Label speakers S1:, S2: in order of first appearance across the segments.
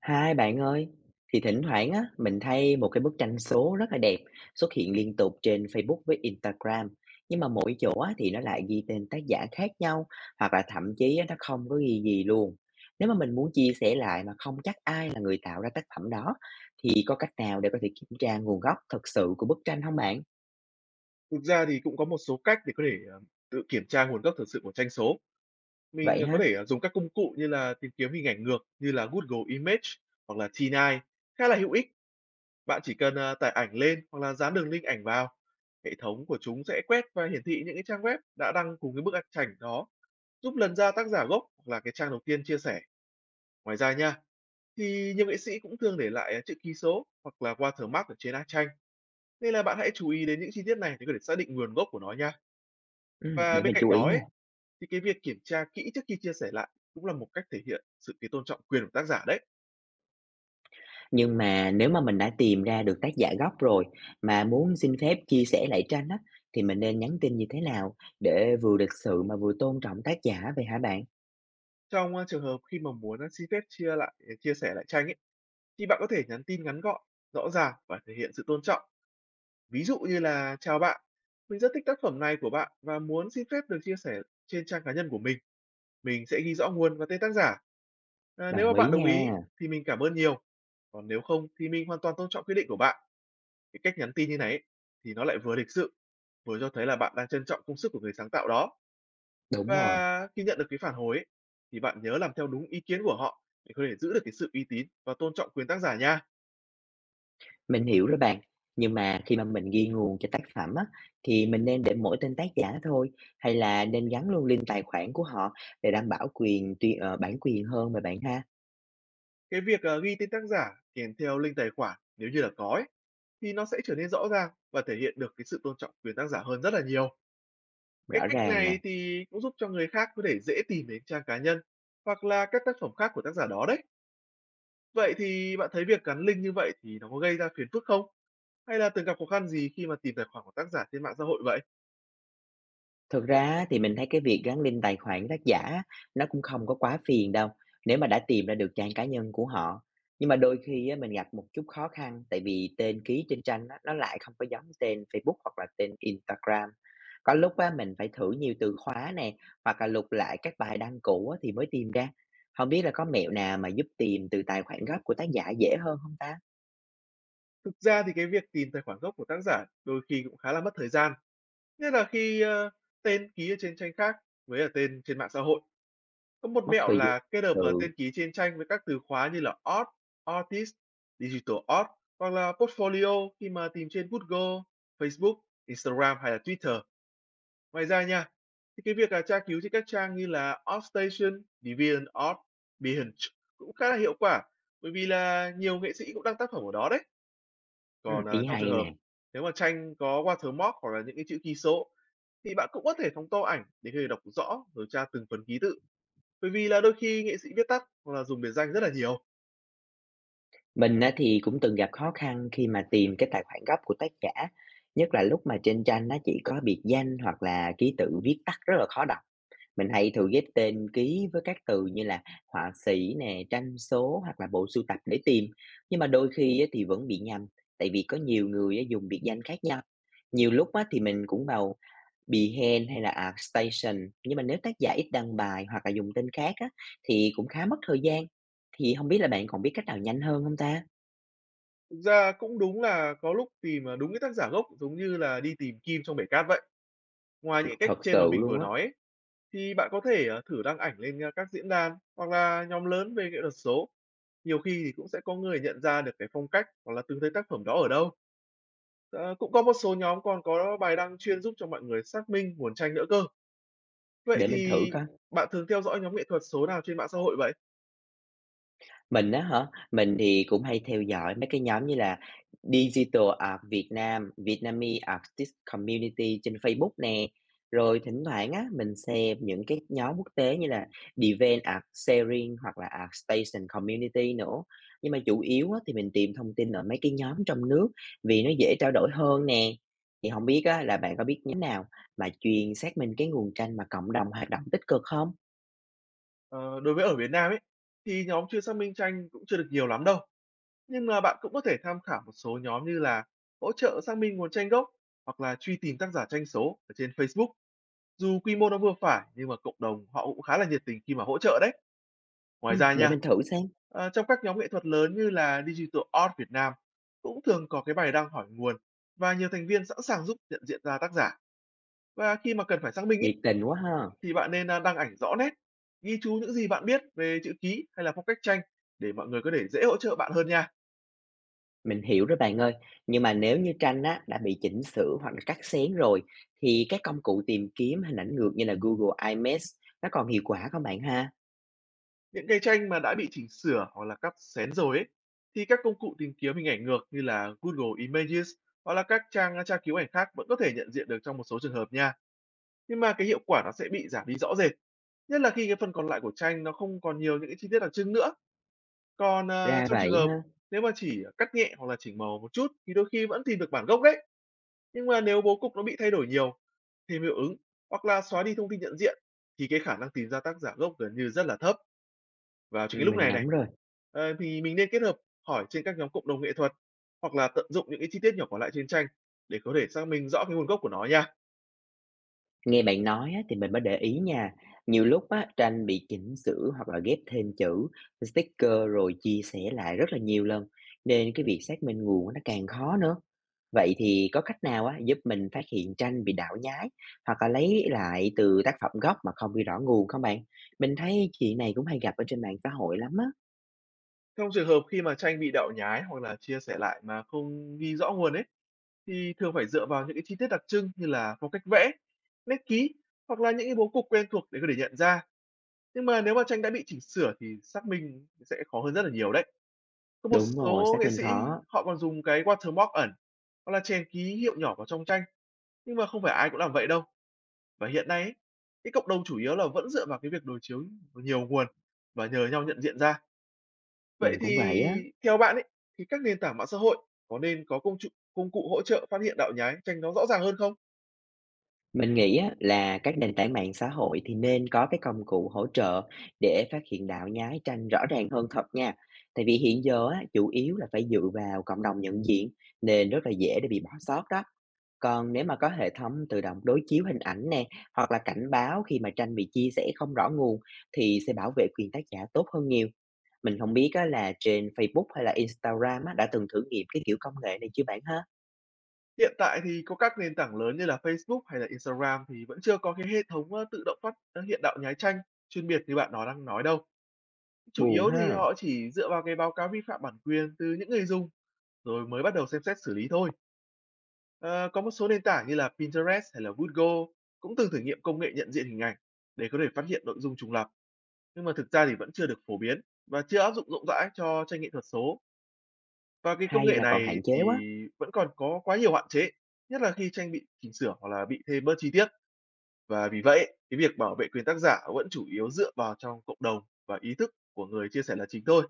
S1: Hai bạn ơi, thỉnh thoảng á, mình thấy một cái bức tranh số rất là đẹp xuất hiện liên tục trên Facebook với Instagram. Nhưng mà mỗi chỗ á, thì nó lại ghi tên tác giả khác nhau hoặc là thậm chí á, nó không có ghi gì luôn. Nếu mà mình muốn chia sẻ lại mà không chắc ai là người tạo ra tác phẩm đó thì có cách nào để có thể kiểm tra nguồn gốc thật sự của bức tranh không bạn?
S2: Thực ra thì cũng có một số cách để có thể, tự kiểm tra nguồn gốc thực sự của tranh số. Mình,
S1: Vậy
S2: ờ, có
S1: ha?
S2: thể, dùng các công cụ như là tìm kiếm hình ảnh ngược như là Google Image hoặc là T9 khá là hữu ích. Bạn chỉ cần, tải ảnh lên hoặc là dán đường link ảnh vào. Hệ thống của chúng sẽ quét và hiển thị những cái trang web đã đăng cùng cái bức ảnh chảnh đó, giúp lần ra tác giả gốc hoặc là cái trang đầu tiên chia sẻ. Ngoài ra nha, thì nhiều nghệ sĩ cũng thường để lại, chữ ký số hoặc là watermark ở trên á tranh, nên là bạn hãy chú ý đến những chi tiết này để có thể xác định nguồn gốc của nó nha.
S1: Ừ,
S2: Và
S1: để
S2: bên
S1: mình
S2: cạnh
S1: chú ý
S2: đó
S1: nha.
S2: ấy, thì cái việc kiểm tra kỹ trước khi chia sẻ lại cũng là một cách thể hiện sự cái tôn trọng quyền của tác giả đấy.
S1: Nhưng mà nếu mà mình đã tìm ra được tác giả gốc rồi, mà muốn xin phép chia sẻ lại tranh á, thì mình nên nhắn tin như thế nào để vừa lịch sự mà vừa tôn trọng tác giả vậy hả bạn?
S2: Trong trường hợp khi mà muốn xin phép chia sẻ lại tranh ấy, thì bạn có thể nhắn tin ngắn gọn, rõ ràng và thể hiện sự tôn trọng. Ví dụ như là chào bạn, mình rất thích tác phẩm này của bạn và muốn xin phép được chia sẻ trên trang cá nhân của mình. Mình sẽ ghi rõ nguồn và tên tác giả. À, nếu mà
S1: Đồng
S2: bạn
S1: ý
S2: đồng
S1: nha,
S2: ý thì mình cảm ơn nhiều. Còn nếu không thì mình hoàn toàn tôn trọng quyết định của bạn. Cái cách nhắn tin như này ấy, thì nó lại vừa lịch sự, vừa cho thấy là bạn đang trân trọng công sức của người sáng tạo đó.
S1: đúng rồi,
S2: Và khi nhận được cái phản hồi ấy, thì bạn nhớ làm theo đúng ý kiến của họ để có thể giữ được cái sự uy tín và tôn trọng quyền tác giả nha.
S1: mình hiểu rồi bạn. Nhưng mà khi mà mình ghi nguồn cho tác phẩm á, thì mình nên để mỗi tên tác giả thôi, hay là nên gắn luôn link tài khoản của họ để đảm bảo quyền bản quyền hơn mà bạn ha?
S2: Cái việc ghi tên tác giả kèm theo link tài khoản nếu như là có ấy, thì nó sẽ trở nên rõ ràng và thể hiện được cái sự tôn trọng quyền tác giả hơn rất là nhiều. Cái
S1: Rõ
S2: cách
S1: ràng nè.
S2: này thì cũng giúp cho người khác có thể dễ tìm đến trang cá nhân hoặc là các tác phẩm khác của tác giả đó đấy. Vậy thì bạn thấy việc gắn link như vậy thì nó có gây ra phiền phức không? Hay là từng gặp khó khăn gì khi mà tìm tài khoản của tác giả trên mạng xã hội vậy?
S1: Thực ra thì mình thấy cái việc gắn link tài khoản tác giả á, nó cũng không có quá phiền đâu, nếu mà đã tìm ra được trang cá nhân của họ. Nhưng mà đôi khi á, mình gặp một chút khó khăn tại vì tên ký trên tranh á, nó lại không có giống tên Facebook hoặc là tên Instagram. Có lúc á, mình phải thử nhiều từ khóa nè, hoặc là lục lại các bài đăng cũ á, thì mới tìm ra. Không biết là có mẹo nào mà giúp tìm từ tài khoản gốc của tác giả dễ hơn không ta?
S2: Thực ra thì cái việc tìm tài khoản gốc của tác giả đôi khi cũng khá là mất thời gian, nhất là khi, tên ký ở trên tranh khác với ở tên trên mạng xã hội. Có một
S1: Mất
S2: mẹo
S1: thời gian
S2: là kết
S1: thực
S2: hợp,
S1: sự.
S2: tên ký trên tranh với các từ khóa như là Art, Artist, Digital Art hoặc là Portfolio khi mà tìm trên Google, Facebook, Instagram hay là Twitter. Ngoài ra nha, thì cái việc là tra cứu trên các trang như là Artstation, DeviantArt, Behance cũng khá là hiệu quả, bởi vì là nhiều nghệ sĩ cũng đăng tác phẩm ở đó đấy.
S1: Ừ,
S2: Còn, à,
S1: ý
S2: trong trường
S1: hay
S2: hợp
S1: nè.
S2: nếu mà tranh có watermark hoặc là những cái chữ ký số, thì bạn cũng có thể phóng to ảnh để có thể đọc rõ rồi tra từng phần ký tự. Bởi vì là đôi khi nghệ sĩ viết tắt hoặc là dùng biệt danh rất là nhiều.
S1: Mình á thì cũng từng gặp khó khăn khi mà tìm cái tài khoản gốc của tác giả, nhất là lúc mà trên tranh nó chỉ có biệt danh hoặc là ký tự viết tắt rất là khó đọc. Mình hay thử ghép tên ký với các từ như là họa sĩ nè, tranh số hoặc là bộ sưu tập để tìm. Nhưng mà đôi khi á thì vẫn bị nhầm, tại vì có nhiều người á dùng biệt danh khác nhau. Nhiều lúc á thì mình cũng vào Behance hay là Artstation, nhưng mà nếu tác giả ít đăng bài hoặc là dùng tên khác á thì cũng khá mất thời gian. Thì không biết là bạn còn biết cách nào nhanh hơn không ta?
S2: Thực ra cũng đúng là có lúc tìm, à, đúng cái tác giả gốc giống như là đi tìm kim trong bể cát vậy. Ngoài
S1: Thật
S2: những cách
S1: thật
S2: trên mà
S1: sự
S2: mình vừa
S1: luôn á,
S2: nói ấy, thì bạn có thể, thử đăng ảnh lên, các diễn đàn hoặc là nhóm lớn về nghệ thuật số. Nhiều khi thì cũng sẽ có người nhận ra được cái phong cách hoặc là từng thấy tác phẩm đó ở đâu. Ờ, Cũng có một số nhóm còn có bài đăng chuyên giúp cho mọi người xác minh nguồn tranh nữa cơ. Vậy
S1: để mình thử
S2: thì
S1: coi.
S2: bạn thường theo dõi nhóm nghệ thuật số nào trên mạng xã hội vậy?
S1: Mình á hả? Mình thì cũng hay theo dõi mấy cái nhóm như là Digital Art Việt Nam, Vietnamese Artist Community trên Facebook nè. Rồi thỉnh thoảng á, mình xem những cái nhóm quốc tế như là Deviant Art Sharing hoặc là Art Station Community nữa. Nhưng mà chủ yếu á, thì mình tìm thông tin ở mấy cái nhóm trong nước vì nó dễ trao đổi hơn nè. Thì không biết á, là bạn có biết nhóm nào mà chuyên xác minh cái nguồn tranh mà cộng đồng hoạt động tích cực không?
S2: Ờ, Đối với ở Việt Nam ấy, thì nhóm chuyên xác minh tranh cũng chưa được nhiều lắm đâu. Nhưng mà bạn cũng có thể tham khảo một số nhóm như là hỗ trợ xác minh nguồn tranh gốc hoặc là truy tìm tác giả tranh số ở trên Facebook. Dù quy mô nó vừa phải nhưng mà cộng đồng họ cũng khá là nhiệt tình khi mà hỗ trợ đấy. Ngoài ra
S1: Để
S2: nha,
S1: mình thử xem.
S2: trong các nhóm nghệ thuật lớn như là Digital Art Việt Nam cũng thường có cái bài đăng hỏi nguồn và nhiều thành viên sẵn sàng giúp nhận diện ra tác giả. Và khi mà cần phải xác minh ý,
S1: Nhiệt tình quá ha.
S2: thì bạn nên đăng ảnh rõ nét, ghi chú những gì bạn biết về chữ ký hay là phong cách tranh để mọi người có thể dễ hỗ trợ bạn hơn nha.
S1: Mình hiểu rồi bạn ơi. Nhưng mà nếu như tranh á, đã bị chỉnh sửa hoặc là cắt xén rồi, thì các công cụ tìm kiếm hình ảnh ngược như là Google IMAX nó còn hiệu quả không bạn ha?
S2: Những cái tranh mà đã bị chỉnh sửa hoặc là cắt xén rồi ấy, thì các công cụ tìm kiếm hình ảnh ngược như là Google Images hoặc là các trang tra cứu ảnh khác vẫn có thể nhận diện được trong một số trường hợp nha. Nhưng mà cái hiệu quả nó sẽ bị giảm đi rõ rệt. Nhất là khi cái phần còn lại của tranh nó không còn nhiều những cái chi tiết đặc trưng nữa. Còn
S1: Ra
S2: trong trường
S1: vậy
S2: hợp
S1: ha.
S2: nếu mà chỉ cắt nhẹ hoặc là chỉnh màu một chút thì đôi khi vẫn tìm được bản gốc đấy. Nhưng mà nếu bố cục nó bị thay đổi nhiều, thêm hiệu ứng hoặc là xóa đi thông tin nhận diện thì cái khả năng tìm ra tác giả gốc gần như rất là thấp vào
S1: Ừ,
S2: chính cái lúc
S1: mình
S2: này
S1: nắm
S2: này,
S1: rồi.
S2: thì mình nên kết hợp hỏi trên các nhóm cộng đồng nghệ thuật hoặc là tận dụng những cái chi tiết nhỏ còn lại trên tranh để có thể xác minh rõ cái nguồn gốc của nó nha.
S1: Nghe bạn nói á, thì mình mới để ý nha, nhiều lúc á, tranh bị chỉnh sửa hoặc là ghép thêm chữ, sticker rồi chia sẻ lại rất là nhiều lần, nên cái việc xác minh nguồn nó càng khó nữa. Vậy thì có cách nào á, giúp mình phát hiện tranh bị đảo nhái hoặc là lấy lại từ tác phẩm gốc mà không ghi rõ nguồn không bạn? Mình thấy chuyện này cũng hay gặp ở trên mạng xã hội lắm á.
S2: Trong trường hợp khi mà tranh bị đạo nhái hoặc là chia sẻ lại mà không ghi rõ nguồn ấy, thì thường phải dựa vào những cái chi tiết đặc trưng như là phong cách vẽ, nét ký hoặc là những cái bố cục quen thuộc để có thể nhận ra. Nhưng mà nếu mà tranh đã bị chỉnh sửa thì xác minh sẽ khó hơn rất là nhiều đấy. Có một
S1: Đúng rồi,
S2: số
S1: xác
S2: nghệ
S1: minh
S2: sĩ
S1: khó,
S2: họ còn dùng cái watermark ẩn, hoặc là chèn ký hiệu nhỏ vào trong tranh, nhưng mà không phải ai cũng làm vậy đâu. Và hiện nay ấy, cái cộng đồng chủ yếu là vẫn dựa vào cái việc đối chiếu nhiều nguồn và nhờ nhau nhận diện ra. Vậy
S1: mình
S2: thì
S1: cũng vậy á.
S2: theo bạn ấy, thì các nền tảng mạng xã hội có nên có công cụ hỗ trợ phát hiện đạo nhái tranh nó rõ ràng hơn không?
S1: Mình nghĩ á, là các nền tảng mạng xã hội thì nên có cái công cụ hỗ trợ để phát hiện đạo nhái tranh rõ ràng hơn thật nha. Tại vì hiện giờ á, chủ yếu là phải dựa vào cộng đồng nhận diện nên rất là dễ để bị bỏ sót đó. Còn nếu mà có hệ thống tự động đối chiếu hình ảnh nè hoặc là cảnh báo khi mà tranh bị chia sẻ không rõ nguồn thì sẽ bảo vệ quyền tác giả tốt hơn nhiều. Mình không biết á, là trên Facebook hay là Instagram á, đã từng thử nghiệm cái kiểu công nghệ này chưa bạn ha?
S2: Hiện tại thì có các nền tảng lớn như là Facebook hay là Instagram thì vẫn chưa có cái hệ thống, tự động phát hiện đạo nhái tranh chuyên biệt như bạn đó đang nói đâu. Chủ
S1: Buồn
S2: yếu thì
S1: ha,
S2: họ chỉ dựa vào cái báo cáo vi phạm bản quyền từ những người dùng rồi mới bắt đầu xem xét xử lý thôi. Ờ, có một số nền tảng như là Pinterest hay là Google cũng từng thử nghiệm công nghệ nhận diện hình ảnh để có thể phát hiện nội dung trùng lặp, nhưng mà thực ra thì vẫn chưa được phổ biến và chưa áp dụng rộng rãi cho tranh nghệ thuật số. Và cái công
S1: hay
S2: nghệ
S1: mà còn
S2: này
S1: hạn chế quá.
S2: thì vẫn còn có quá nhiều hạn chế, nhất là khi tranh bị chỉnh sửa hoặc là bị thêm bớt chi tiết. Và vì vậy, cái việc bảo vệ quyền tác giả vẫn chủ yếu dựa vào trong cộng đồng và ý thức của người chia sẻ là chính thôi.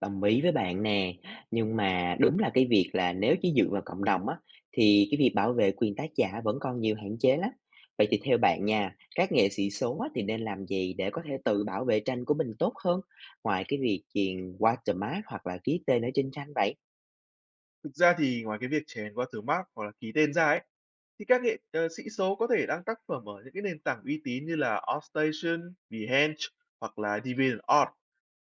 S1: Đồng ý với bạn nè, nhưng mà đúng là cái việc là nếu chỉ dựa vào cộng đồng á, thì cái việc bảo vệ quyền tác giả vẫn còn nhiều hạn chế lắm. Vậy thì theo bạn nha, các nghệ sĩ số á, thì nên làm gì để có thể tự bảo vệ tranh của mình tốt hơn, ngoài cái việc truyền watermark hoặc là ký tên ở trên tranh vậy?
S2: Thực ra thì ngoài cái việc chèn qua từ mác hoặc là ký tên ra ấy, thì các nghệ sĩ số có thể đăng tác phẩm ở những cái nền tảng uy tín như là Artstation, Behance hoặc là DeviantArt.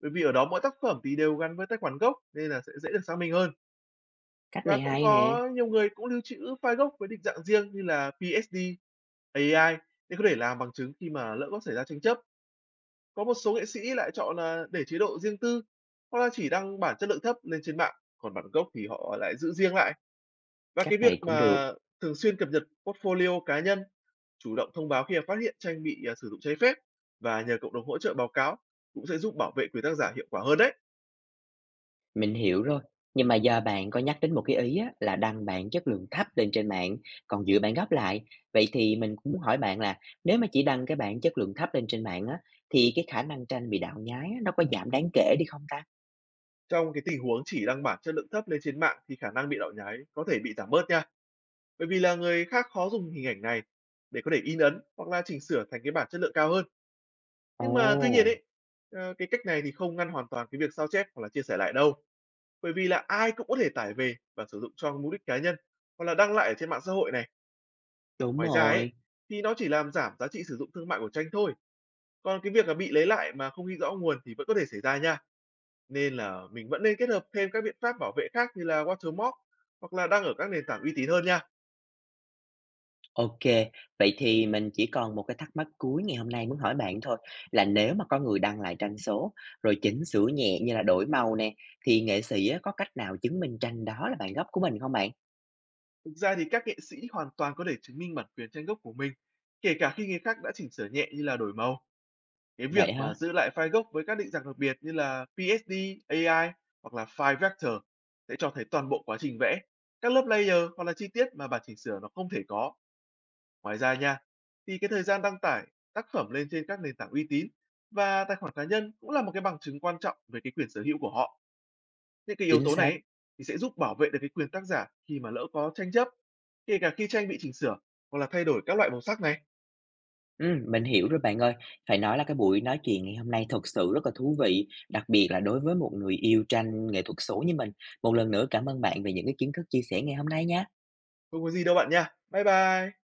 S2: Bởi vì ở đó mỗi tác phẩm thì đều gắn với tài khoản gốc nên là sẽ dễ được xác minh hơn.
S1: Cách
S2: Và
S1: này
S2: cũng
S1: hay nè,
S2: có nhiều người cũng lưu trữ file gốc với định dạng riêng như là PSD, AI để có thể làm bằng chứng khi mà lỡ có xảy ra tranh chấp. Có một số nghệ sĩ lại chọn là để chế độ riêng tư hoặc là chỉ đăng bản chất lượng thấp lên trên mạng, còn bản gốc thì họ lại giữ riêng lại. Và
S1: cách
S2: cái việc
S1: này cũng được.
S2: mà thường xuyên cập nhật portfolio cá nhân, chủ động thông báo khi mà phát hiện tranh bị, sử dụng trái phép và nhờ cộng đồng hỗ trợ báo cáo cũng sẽ giúp bảo vệ quyền tác giả hiệu quả hơn đấy.
S1: Mình hiểu rồi, nhưng mà giờ bạn có nhắc đến một cái ý á, là đăng bản chất lượng thấp lên trên mạng, còn giữ bản gốc lại. Vậy thì mình cũng muốn hỏi bạn là nếu mà chỉ đăng cái bản chất lượng thấp lên trên mạng á, thì cái khả năng tranh bị đạo nhái á, nó có giảm đáng kể đi không ta?
S2: Trong cái tình huống chỉ đăng bản chất lượng thấp lên trên mạng thì khả năng bị đạo nhái có thể bị giảm bớt nha, bởi vì là người khác khó dùng hình ảnh này để có thể in ấn hoặc là chỉnh sửa thành cái bản chất lượng cao hơn.
S1: Ồ,
S2: Nhưng mà tuy nhiên ấy, cái cách này thì không ngăn hoàn toàn cái việc sao chép hoặc là chia sẻ lại đâu, bởi vì là ai cũng có thể tải về và sử dụng cho mục đích cá nhân hoặc là đăng lại ở trên mạng xã hội này.
S1: đúng
S2: Ngoài ra ấy,
S1: rồi.
S2: thì nó chỉ làm giảm giá trị sử dụng thương mại của tranh thôi, còn cái việc là bị lấy lại mà không ghi rõ nguồn thì vẫn có thể xảy ra nha. Nên là mình vẫn nên kết hợp thêm các biện pháp bảo vệ khác như là watermark hoặc là đăng ở các nền tảng uy tín hơn nha.
S1: Ok, vậy thì mình chỉ còn một cái thắc mắc cuối ngày hôm nay muốn hỏi bạn thôi là nếu mà có người đăng lại tranh số rồi chỉnh sửa nhẹ như là đổi màu nè thì nghệ sĩ á, có cách nào chứng minh tranh đó là bản gốc của mình không bạn?
S2: Thực ra thì các nghệ sĩ hoàn toàn có thể chứng minh bản quyền tranh gốc của mình, kể cả khi người khác đã chỉnh sửa nhẹ như là đổi màu. Cái việc
S1: Vậy
S2: mà
S1: hả?
S2: giữ lại file gốc với các định dạng đặc biệt như là PSD, AI hoặc là file vector sẽ cho thấy toàn bộ quá trình vẽ, các lớp layer hoặc là chi tiết mà bản chỉnh sửa nó không thể có. Ngoài ra nha, thì cái thời gian đăng tải tác phẩm lên trên các nền tảng uy tín và tài khoản cá nhân cũng là một cái bằng chứng quan trọng về cái quyền sở hữu của họ. Những cái yếu
S1: Chính
S2: tố này
S1: xác.
S2: ấy, thì sẽ giúp bảo vệ được cái quyền tác giả khi mà lỡ có tranh chấp, kể cả khi tranh bị chỉnh sửa hoặc là thay đổi các loại màu sắc này.
S1: Mình hiểu rồi bạn ơi. Phải nói là cái buổi nói chuyện ngày hôm nay thật sự rất là thú vị, đặc biệt là đối với một người yêu tranh nghệ thuật số như mình. Một lần nữa cảm ơn bạn về những cái kiến thức chia sẻ ngày hôm nay nha.
S2: Không có gì đâu bạn nha. Bye bye.